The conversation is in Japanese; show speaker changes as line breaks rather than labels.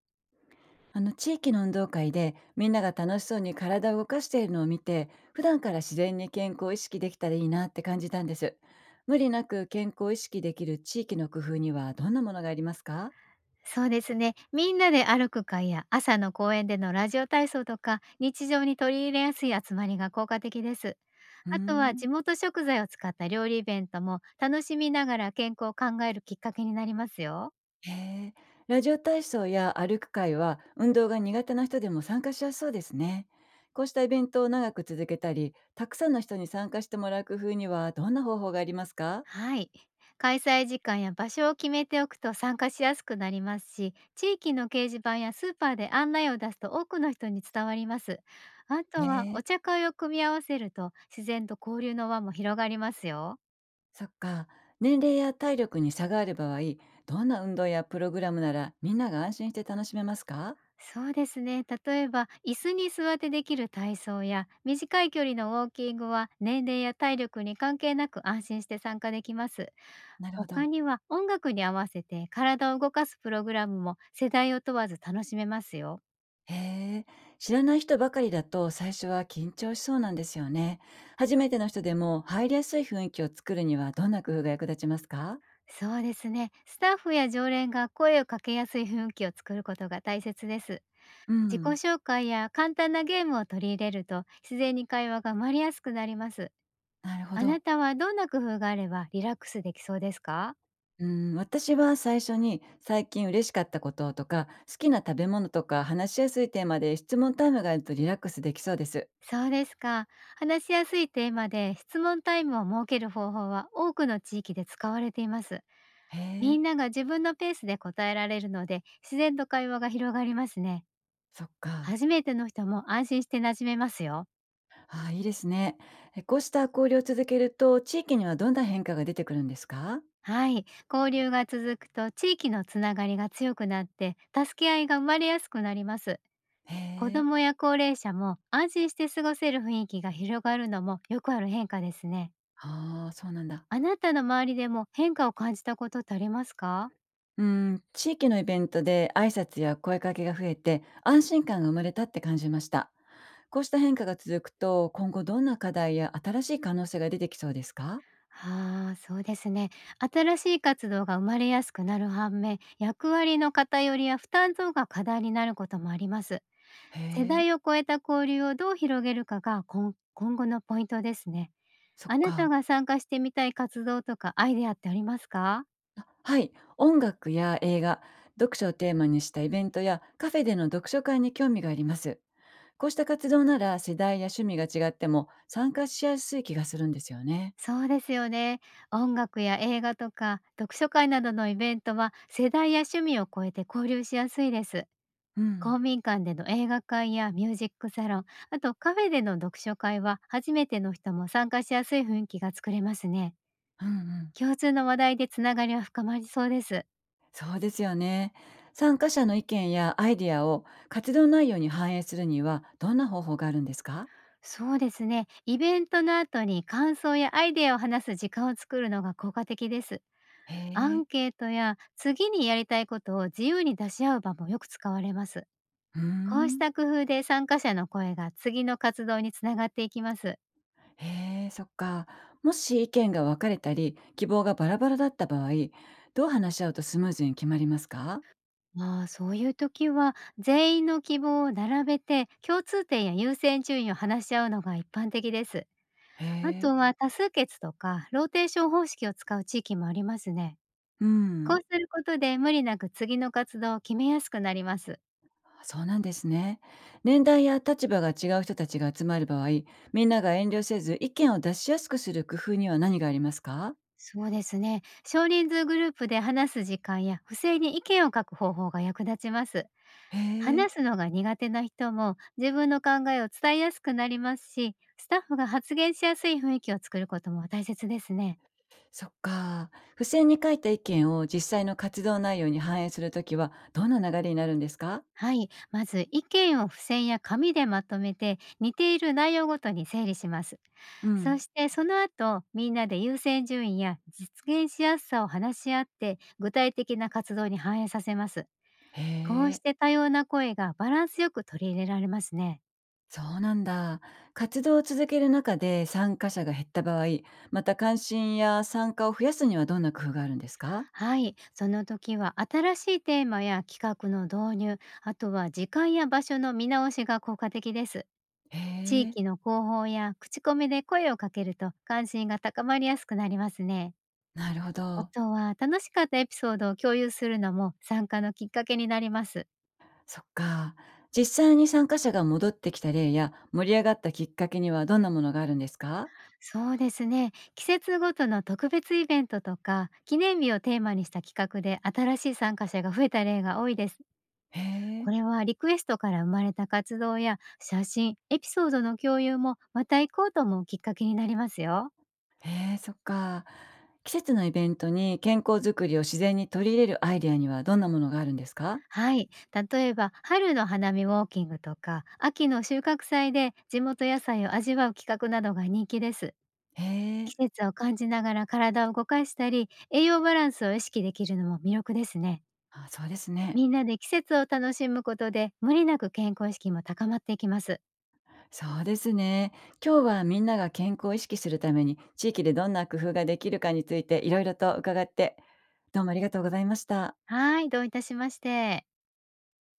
あの、地域の運動会でみんなが楽しそうに体を動かしているのを見て、普段から自然に健康を意識できたらいいなって感じたんです。無理なく健康を意識できる地域の工夫にはどんなものがありますか？
そうですね。みんなで歩く会や朝の公園でのラジオ体操とか、日常に取り入れやすい集まりが効果的です。
うー
あとは
ん。
地元食材を使った料理イベントも、楽しみながら健康を考えるきっかけになりますよ。
へえ。ラジオ体操や歩く会は運動が苦手な人でも参加しやすそうですね。こうしたイベントを長く続けたり、たくさんの人に参加してもらう工夫にはどんな方法がありますか？
はい。開催時間や場所を決めておくと参加しやすくなりますし、地域の掲示板やスーパーで案内を出すと多くの人に伝わります。あ
へ
とはお
え。
茶会を組み合わせると、自然と交流の輪も広がりますよ。
そっか。年齢や体力に差がある場合、どんな運動やプログラムならみんなが安心して楽しめますか？
そうですね。例えば、椅子に座ってできる体操や、短い距離のウォーキングは、年齢や体力に関係なく安心して参加できます。
なるほ
他
ど。
には、音楽に合わせて体を動かすプログラムも世代を問わず楽しめますよ。
へえ。知らない人ばかりだと最初は緊張しそうなんですよね。初めての人でも入りやすい雰囲気を作るにはどんな工夫が役立ちますか？
そうですね。スタッフや常連が声をかけやすい雰囲気を作ることが大切です。
う
自己
ん。
紹介や簡単なゲームを取り入れると、自然に会話が生まれやすくなります。
なるほ
あな
ど。
たはどんな工夫があればリラックスできそうですか？
うん、私は最初に最近嬉しかったこととか好きな食べ物とか話しやすいテーマで質問タイムがあるとリラックスできそうです。
そうですか。話しやすいテーマで質問タイムを設ける方法は、多くの地域で使われています。
へ
み
え、
んなが自分のペースで答えられるので、自然と会話が広がりますね。
そっか。
初めての人も安心して馴染めますよ。
ああ、いいですね。え、こうした交流を続けると、地域にはどんな変化が出てくるんですか？
はい。交流が続くと地域のつながりが強くなって、助け合いが生まれやすくなります。
へ
子
え。
供や高齢者も安心して過ごせる雰囲気が広がるのも、よくある変化ですね。
ああ、そうなんだ。
あなたの周りでも変化を感じたことってありますか？
うん、地域のイベントで挨拶や声かけが増えて、安心感が生まれたって感じました。こうした変化が続くと、今後どんな課題や新しい可能性が出てきそうですか？
ああ、そうですね。新しい活動が生まれやすくなる反面、役割の偏りや負担増が課題になることもあります。
へ
世
え、
代を超えた交流をどう広げるかが、今後のポイントですね。
そっ
あなた
か。
が参加してみたい活動とかアイデアってありますか？
あ、はい、音楽や映画、読書をテーマにしたイベントやカフェでの読書会に興味があります。こうした活動なら世代や趣味が違っても参加しやすい気がするんですよね。
そうですよね。音楽や映画とか読書会などのイベントは、世代や趣味を超えて交流しやすいです。
うん。
公民館での映画会やミュージックサロン、あとカフェでの読書会は、初めての人も参加しやすい雰囲気が作れますね。
うん。
共通の話題でつながりは深まりそうです。
そうですよね。参加者の意見やアイディアを活動内容に反映するにはどんな方法があるんですか？
そうですね。イベントの後に感想やアイデアを話す時間を作るのが効果的です。
へ
ア
え。
ンケートや次にやりたいことを自由に出し合う場もよく使われます。
うー
こうし
ん。
た工夫で、参加者の声が次の活動につながっていきます。
へえ、そっか。もし意見が分かれたり、希望がバラバラだった場合、どう話し合うとスムーズに決まりますか？
ああ、そういう時は全員の希望を並べて、共通点や優先順位を話し合うのが一般的です。
へ
あと
え。
は多数決とかローテーション方式を使う地域もありますね。
う
こう
ん。
することで、無理なく次の活動を決めやすくなります。
あ、そうなんですね。年代や立場が違う人たちが集まる場合、みんなが遠慮せず意見を出しやすくする工夫には何がありますか？
そうですね。少人数グループで話す時間や、不正に意見を書く方法が役立ちます。
へえ、
話すのが苦手な人も自分の考えを伝えやすくなりますし、スタッフが発言しやすい雰囲気を作ることも大切ですね。
そっか。付箋に書いた意見を実際の活動内容に反映するときは、どんな流れになるんですか？
はい。まず意見を付箋や紙でまとめて、似ている内容ごとに整理します。
う
そ
ん。
してその後、みんなで優先順位や実現しやすさを話し合って、具体的な活動に反映させます。
へ
こうし
え、
て多様な声がバランスよく取り入れられますね。
そうなんだ。活動を続ける中で参加者が減った場合、また関心や参加を増やすにはどんな工夫があるんですか？
はい。その時は新しいテーマや企画の導入、あとは時間や場所の見直しが効果的です。
へ
地
え、
域の広報や口コミで声をかけると、関心が高まりやすくなりますね。
なるほ
あ
ど。
とは、楽しかったエピソードを共有するのも参加のきっかけになります。
そっか。実際に参加者が戻ってきた例や、盛り上がったきっかけにはどんなものがあるんですか？
そうですね。季節ごとの特別イベントとか、記念日をテーマにした企画で新しい参加者が増えた例が多いです。
へ
こ
え。
れはリクエストから生まれた活動や写真、エピソードの共有も、また行こうと思うきっかけになりますよ。
へえ、そっか。季節のイベントに健康づくりを自然に取り入れるアイデアにはどんなものがあるんですか？
はい。例えば、春の花見ウォーキングとか、秋の収穫祭で地元野菜を味わう企画などが人気です。
へえ。
季節を感じながら体を動かしたり、栄養バランスを意識できるのも魅力ですね。
あ、そうですね。
みんなで季節を楽しむことで、無理なく健康意識も高まっていきます。
そうですね。今日はみんなが健康を意識するために、地域でどんな工夫ができるかについていろいろと伺って、どうもありがとうございました。
はい、どういたしまして。